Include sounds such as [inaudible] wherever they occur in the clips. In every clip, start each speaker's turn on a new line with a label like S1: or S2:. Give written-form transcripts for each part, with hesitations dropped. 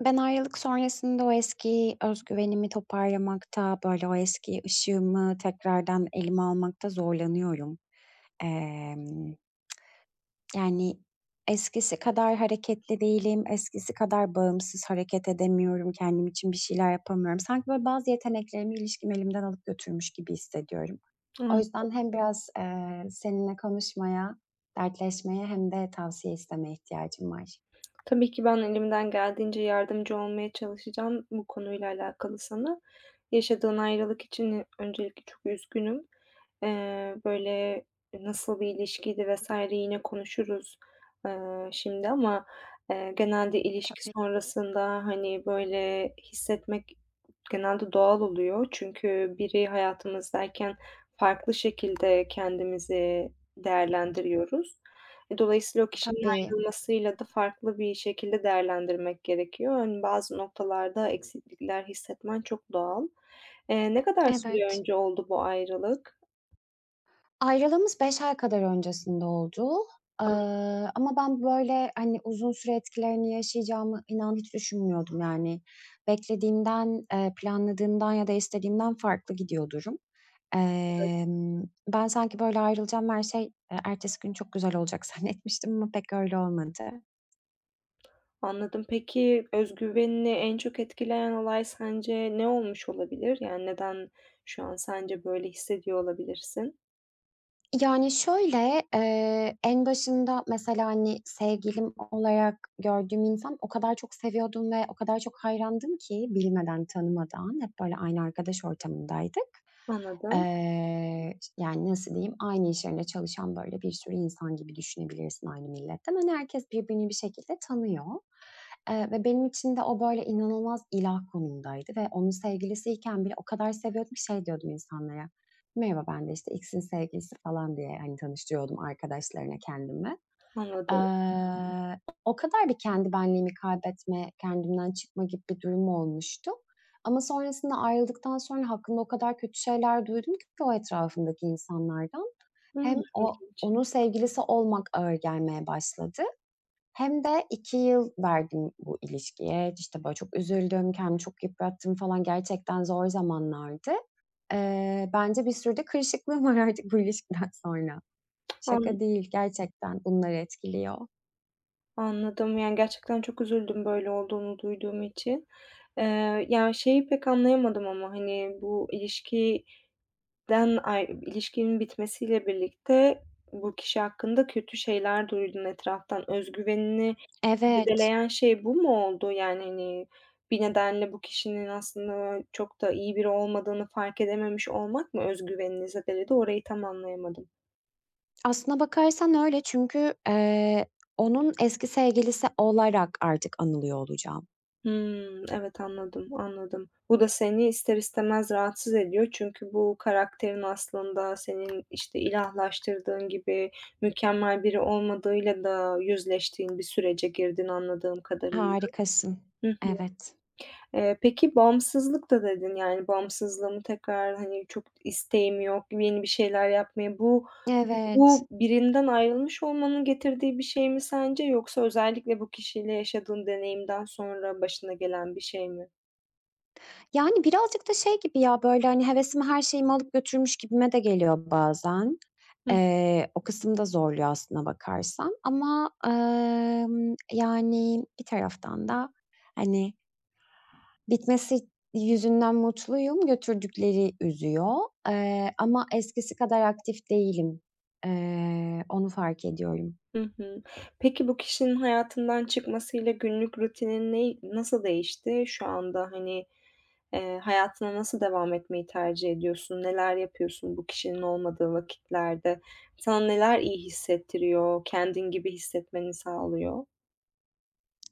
S1: Ben ayrılık sonrasında o eski özgüvenimi toparlamakta, böyle, o eski ışığımı tekrardan elime almakta zorlanıyorum. Emm, yani, eskisi kadar hareketli değilim, eskisi kadar bağımsız hareket edemiyorum, kendim için bir şeyler yapamıyorum. Sanki, böyle, bazı yeteneklerimi ilişkim elimden alıp götürmüş gibi hissediyorum. O
S2: Hımm.
S1: yüzden hem biraz, seninle konuşmaya, dertleşmeye hem de tavsiye istemeye ihtiyacım var.
S2: Tabii ki ben elimden geldiğince yardımcı olmaya çalışacağım bu konuyla alakalı sana. Yaşadığın ayrılık için, öncelikle çok üzgünüm. Eee, böyle, nasıl bir ilişkiydi vs. yine konuşuruz, şimdi ama, genelde ilişki
S1: Tabii,
S2: sonrasında, hani, böyle, hissetmek genelde doğal oluyor. Çünkü biri hayatımızdayken farklı şekilde kendimizi değerlendiriyoruz. Dolayısıyla o kişinin
S1: tabii.
S2: kırmasıyla da farklı bir şekilde değerlendirmek gerekiyor. Hani, bazı noktalarda eksiklikler hissetmen çok doğal. Ne kadar süre
S1: Evet.
S2: önce oldu bu ayrılık?
S1: Ayrılığımız 5 ay kadar öncesinde oldu. Eee,
S2: An
S1: ama ben böyle, hani, uzun süre etkilerini yaşayacağımı inan hiç düşünmüyordum. Yani beklediğimden, planladığımdan ya da istediğimden farklı gidiyor durum. Ben sanki böyle ayrılacağım, her şey, ertesi gün çok güzel olacak [laughs] zannetmiştim ama pek öyle olmadı.
S2: anladım. Peki, özgüvenini en çok etkileyen olay sence ne olmuş olabilir? Yani, neden şu an sence böyle hissediyor olabilirsin?
S1: Yani, şöyle, en başında mesela, hani, sevgilim olarak gördüğüm insan o kadar çok seviyordum ve o kadar çok hayrandım ki bilmeden, tanımadan hep böyle aynı arkadaş ortamındaydık.
S2: Anladım,
S1: Ş yani, nasıl diyeyim, aynı iş yerinde çalışan böyle bir sürü insan gibi düşünebilirsin aynı milletten. Hani, herkes birbirini bir şekilde tanıyor, ve benim için de o böyle inanılmaz ilah konumdaydı ve onun sevgilisiyken bile o kadar seviyordum ki şey diyordum insanlara: Merhaba, ben de, işte, X'in sevgilisi falan diye, hani, tanıştırıyordum arkadaşlarına kendimi. Hı
S2: anladım.
S1: O kadar bir kendi benliğimi kaybetme, kendimden çıkma gibi bir durum olmuştu ama sonrasında ayrıldıktan sonra hakkında o kadar kötü şeyler duydum ki o etrafımdaki insanlardan. Hem
S2: Hımm,
S1: o
S2: ilginç.
S1: onun sevgilisi olmak ağır gelmeye başladı hem de 2 yıl verdim bu ilişkiye. İşte, böyle, çok üzüldüm, kendimi çok yıprattım falan. Gerçekten zor zamanlardı. Bence bir sürü de kırışıklığım [laughs] var artık bu ilişkiden sonra.
S2: An
S1: Şaka değil, gerçekten bunlar etkiliyor.
S2: anladım. Yani, gerçekten çok üzüldüm böyle olduğunu duyduğum için. Şeyi pek anlayamadım ama, hani, bu ilişki Den ay ilişkinin bitmesiyle birlikte bu kişi hakkında kötü şeyler duydun etraftan. Özgüvenini
S1: Evet.
S2: zedeleyen şey bu mu oldu? Yani, hani, bir nedenle bu kişinin aslında çok da iyi biri olmadığını fark edememiş olmak mı zedeledi? Orayı tam anlayamadım.
S1: Aslına bakarsan öyle çünkü, onun eski sevgilisi olarak artık anılıyor olacağım.
S2: Hımm. Evet, anladım, anladım. Bu da seni ister istemez rahatsız ediyor. Çünkü bu karakterin aslında senin, işte, ilahlaştırdığın gibi mükemmel biri olmadığıyla da yüzleştiğin bir sürece girdin anladığım kadarıyla.
S1: Harikasın.
S2: Hı hı.
S1: Evet.
S2: Peki bağımsızlık da dedin. Yani, bağımsızlığımı tekrar, hani, çok isteğim yok, yeni bir şeyler yapmaya Bu
S1: Evet.
S2: bu birinden ayrılmış olmanın getirdiği bir şey mi sence yoksa özellikle bu kişiyle yaşadığın deneyimden sonra başına gelen bir şey mi?
S1: Yani, birazcık da şey gibi ya, böyle, hani, hevesimi, her şeyimi alıp götürmüş gibime de geliyor bazen.
S2: Hı
S1: O kısım da zorluyor aslına bakarsan ama, yani, bir taraftan da, hani, bitmesi yüzünden mutluyum, götürdükleri üzüyor, ama eskisi kadar aktif değilim. Onu fark ediyorum.
S2: Hı hı. Peki bu kişinin hayatından çıkmasıyla günlük rutinin nasıl değişti? Şu anda, hani, hayatına nasıl devam etmeyi tercih ediyorsun? Neler yapıyorsun bu kişinin olmadığı vakitlerde? Sana neler iyi hissettiriyor, kendin gibi hissetmeni sağlıyor?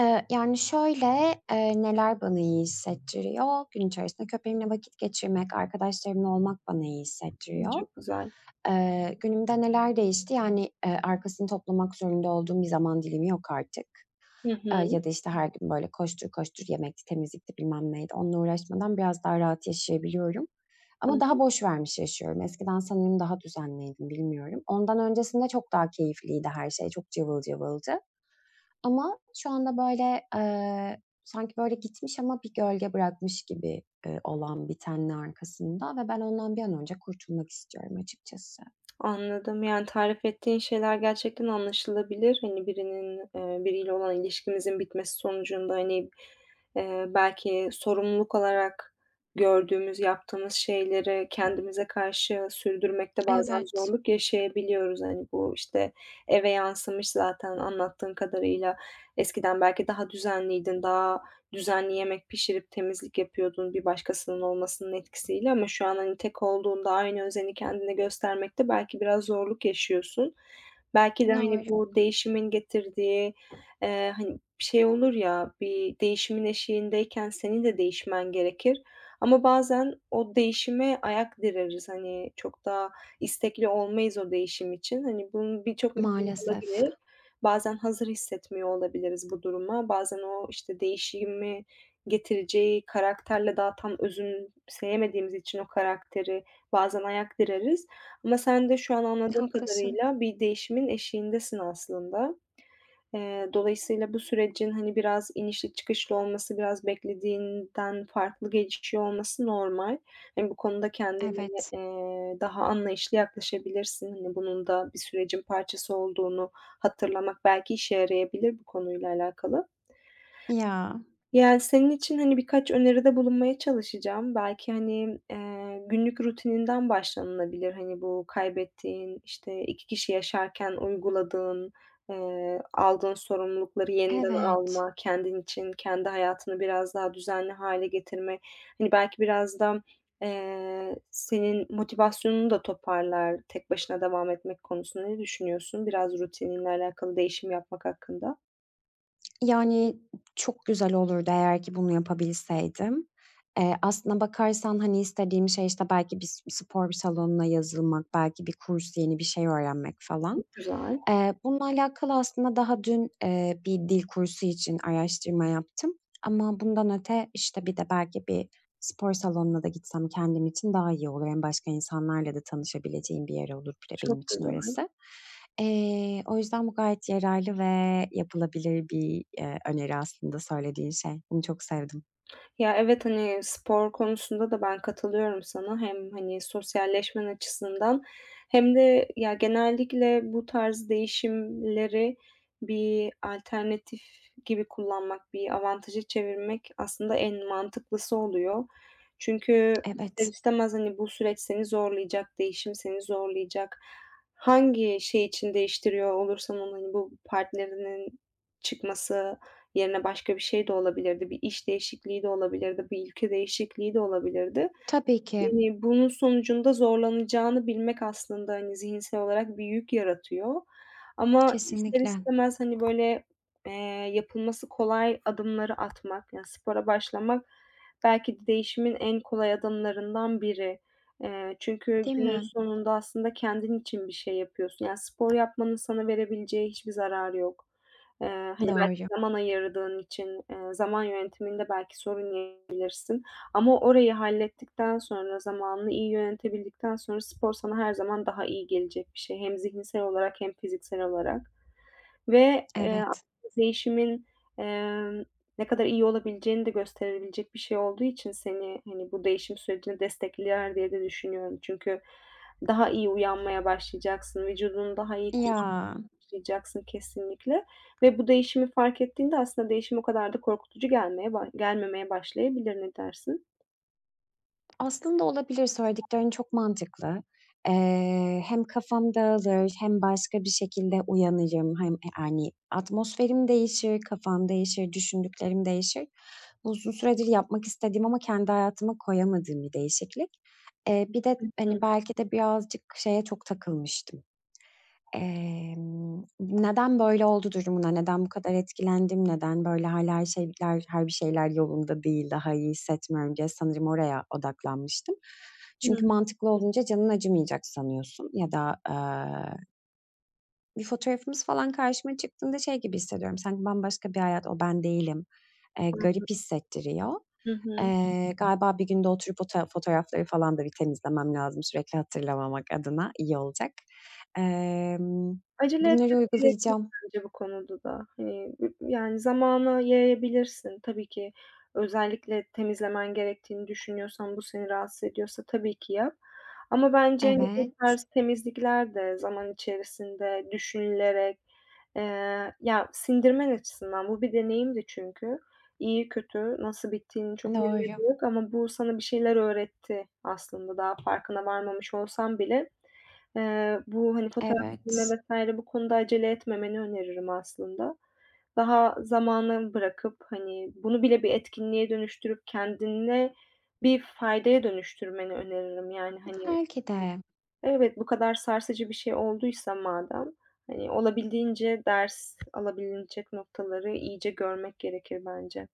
S1: Yani, şöyle, neler bana iyi hissettiriyor? Gün içerisinde köpeğimle vakit geçirmek, arkadaşlarımla olmak bana iyi hissettiriyor.
S2: Çok güzel.
S1: Günümde neler değişti? Yani, arkasını toplamak zorunda olduğum bir zaman dilimi yok artık.
S2: Hı.
S1: Ya da, işte, her gün, böyle, koştur koştur yemekti, temizlikti, bilmem neydi. Onunla uğraşmadan biraz daha rahat yaşayabiliyorum ama daha
S2: Hı.
S1: boş vermiş yaşıyorum. Eskiden sanırım daha düzenliydim, bilmiyorum. Ondan öncesinde çok daha keyifliydi her şey, çok cıvıl cıvıldı. Ama şu anda, böyle, sanki, böyle, gitmiş ama bir gölge bırakmış gibi, olan bitenin arkasında ve ben ondan bir an önce kurtulmak istiyorum açıkçası.
S2: Anladım. Yani tarif ettiğin şeyler gerçekten anlaşılabilir. Hani birinin, biriyle olan ilişkimizin bitmesi sonucunda, hani, belki sorumluluk olarak gördüğümüz, yaptığımız şeyleri kendimize karşı sürdürmekte bazen
S1: Evet,
S2: zorluk yaşayabiliyoruz. Hani, bu, işte, eve yansımış zaten anlattığın kadarıyla. Eskiden belki daha düzenliydin, daha düzenli yemek pişirip temizlik yapıyordun bir başkasının olmasının etkisiyle ama şu an, hani, tek olduğunda aynı özeni kendine göstermekte belki biraz zorluk yaşıyorsun. Belki de, hani,
S1: doğru.
S2: bu değişimin getirdiği, hani, şey olur ya, bir değişimin eşiğindeyken senin de değişmen gerekir ama bazen o değişime ayak direriz. Hani, çok da istekli olmayız o değişim için. Hani, bunun birçok nedeni
S1: Maalesef.
S2: olabilir. Bazen hazır hissetmiyor olabiliriz bu duruma. Bazen o, işte, değişimi getireceği karakterle daha tam özümseyemediğimiz için o karakteri bazen ayak direriz. Ama sen de şu an anladığım
S1: Haklısın.
S2: kadarıyla bir değişimin eşiğindesin aslında. Dolayısıyla bu sürecin, hani, biraz inişli çıkışlı olması, biraz beklediğinden farklı gelişiyor olması normal. Hani, bu konuda kendine,
S1: Evet.
S2: daha anlayışlı yaklaşabilirsin. Hani, bunun da bir sürecin parçası olduğunu hatırlamak belki işe yarayabilir bu konuyla alakalı.
S1: Ya,
S2: Yani, senin için, hani, birkaç öneride bulunmaya çalışacağım. Belki, hani, günlük rutininden başlanılabilir. Hani, bu kaybettiğin, işte, 2 kişi yaşarken uyguladığın, aldığın sorumlulukları yeniden
S1: evet.
S2: alma, kendin için, kendi hayatını biraz daha düzenli hale getirme, hani, belki biraz da, senin motivasyonunu da toparlar tek başına devam etmek konusunda. Ne düşünüyorsun biraz rutininle alakalı değişim yapmak hakkında?
S1: Yani, çok güzel olurdu eğer ki bunu yapabilseydim. Aslına bakarsan, hani, istediğim şey, işte, belki bir spor salonuna yazılmak, belki bir kurs, yeni bir şey öğrenmek falan.
S2: Çok güzel,
S1: Bununla alakalı aslında daha dün, bir dil kursu için araştırma yaptım ama bundan öte, işte, bir de belki bir spor salonuna da gitsem kendim için daha iyi olur. Hem başka insanlarla da tanışabileceğim bir yer olur bir de benim
S2: çok
S1: için
S2: güzel.
S1: orası. O yüzden bu gayet yararlı ve yapılabilir bir, öneri aslında söylediğin şey. Bunu çok sevdim.
S2: Ya, evet, hani, spor konusunda da ben katılıyorum sana. Hem, hani, sosyalleşmen açısından hem de ya genellikle bu tarz değişimleri bir alternatif gibi kullanmak, bir avantaja çevirmek aslında en mantıklısı oluyor. Çünkü ister
S1: Evet,
S2: istemez, hani, bu süreç seni zorlayacak, değişim seni zorlayacak. Hangi şey için değiştiriyor olursan onu, hani, bu partnerinin çıkması yerine başka bir şey de olabilirdi. Bir iş değişikliği de olabilirdi. Bir ülke değişikliği de olabilirdi.
S1: tabii ki.
S2: Bunun sonucunda zorlanacağını bilmek aslında, hani, zihinsel olarak bir yük yaratıyor ama ister
S1: Kesinlikle.
S2: istemez, hani, böyle, eee, yapılması kolay adımları atmak, yani, spora başlamak belki de değişimin en kolay adımlarından biri. Çünkü
S1: Değil
S2: günün
S1: mi?
S2: sonunda aslında kendin için bir şey yapıyorsun. Yani, spor yapmanın sana verebileceği hiçbir zararı yok. Hani, belki
S1: Doğru.
S2: zaman ayırdığın için, zaman yönetiminde belki sorun yaşayabilirsin ama orayı hallettikten sonra, zamanını iyi yönetebildikten sonra spor sana her zaman daha iyi gelecek bir şey. Hem zihinsel olarak hem fiziksel olarak ve, [unintelligible]
S1: Evet.
S2: değişimin, emm, ne kadar iyi olabileceğini de gösterebilecek bir şey olduğu için seni, hani, bu değişim sürecini destekler diye de düşünüyorum. Çünkü daha iyi uyanmaya başlayacaksın, vücudunu daha iyi
S1: Ya.
S2: kullayacaksın kesinlikle ve bu değişimi fark ettiğinde aslında değişim o kadar da korkutucu gelmeye ba gelmemeye başlayabilir. Ne dersin?
S1: Aslında olabilir, söylediklerin çok mantıklı. Hem kafam dağılır hem başka bir şekilde uyanırım. Hem, hani, atmosferim değişir, kafam değişir, düşündüklerim değişir. Bu uzun süredir yapmak istediğim ama kendi hayatıma koyamadığım bir değişiklik. Bir de,
S2: Hı
S1: hani, belki de birazcık şeye çok takılmıştım. Neden böyle oldu durumuna, neden bu kadar etkilendim, neden böyle hala her bir şeyler yolunda değil, daha iyi hissetmiyorum diye sanırım oraya odaklanmıştım. Çünkü
S2: hı.
S1: mantıklı olunca canın acımayacak sanıyorsun ya da, bir fotoğrafımız falan karşıma çıktığında şey gibi hissediyorum, sanki bambaşka bir hayat, o ben değilim.
S2: Hı hı.
S1: Garip hissettiriyor.
S2: Hı hı.
S1: Galiba bir günde oturup o ta fotoğrafları falan da bir temizlemem lazım sürekli hatırlamamak adına, iyi olacak. Emm,
S2: Acele
S1: bunları
S2: etmene gerek yok
S1: uygulayacağım.
S2: bence bu konuda da. Hani, yani zamana yayabilirsin. Tabii ki özellikle temizlemen gerektiğini düşünüyorsan, bu seni rahatsız ediyorsa tabii ki yap. Ama bence, hani, bu
S1: Evet,
S2: tarz temizlikler de zaman içerisinde düşünülerek, ya sindirmen açısından bu bir deneyimdi çünkü. İyi kötü nasıl bittiğinin çok bir
S1: doğru.
S2: önemi yok ama bu sana bir şeyler öğretti aslında daha farkına varmamış olsan bile. Bu, hani, fotoğraf
S1: Evet.
S2: vs. bu konuda acele etmemeni öneririm aslında. Daha zamana bırakıp, hani, bunu bile bir etkinliğe dönüştürüp kendine bir faydaya dönüştürmeni öneririm. Yani, hani,
S1: Belki de.
S2: evet, bu kadar sarsıcı bir şey olduysa madem, hani, olabildiğince ders alabilecek noktaları iyice görmek gerekir bence.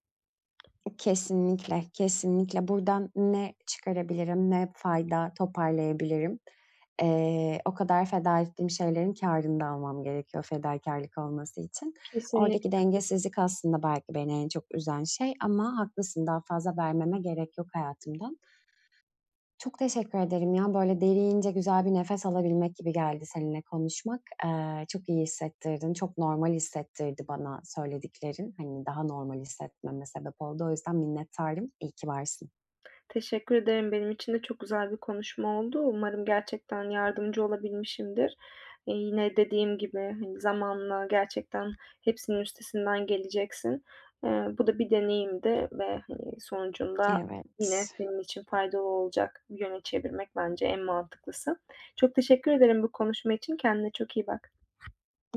S1: Kesinlikle, kesinlikle. Buradan ne çıkarabilirim, ne fayda toparlayabilirim? O kadar feda ettiğim şeylerin kârını da almam gerekiyor fedakârlık olması için.
S2: Kesinlikle.
S1: Oradaki dengesizlik aslında belki beni en çok üzen şey ama haklısın, daha fazla vermeme gerek yok hayatımdan. Çok teşekkür ederim ya, böyle derince güzel bir nefes alabilmek gibi geldi seninle konuşmak. Çok iyi hissettirdin, çok normal hissettirdi bana söylediklerin. Hani, daha normal hissetmeme sebep oldu. O yüzden minnettarım. İyi ki varsın.
S2: Teşekkür ederim. Benim için de çok güzel bir konuşma oldu. Umarım gerçekten yardımcı olabilmişimdir. Yine dediğim gibi, hani, zamanla gerçekten hepsinin üstesinden geleceksin. Eee, Bu da bir deneyimdi ve, hani, sonucunda yine
S1: Evet.
S2: senin için faydalı olacak bir yöne çevirmek bence en mantıklısı. Çok teşekkür ederim bu konuşma için. Kendine çok iyi bak.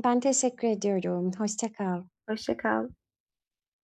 S1: Ben teşekkür ediyorum. Hoşça kal.
S2: Hoşça kal.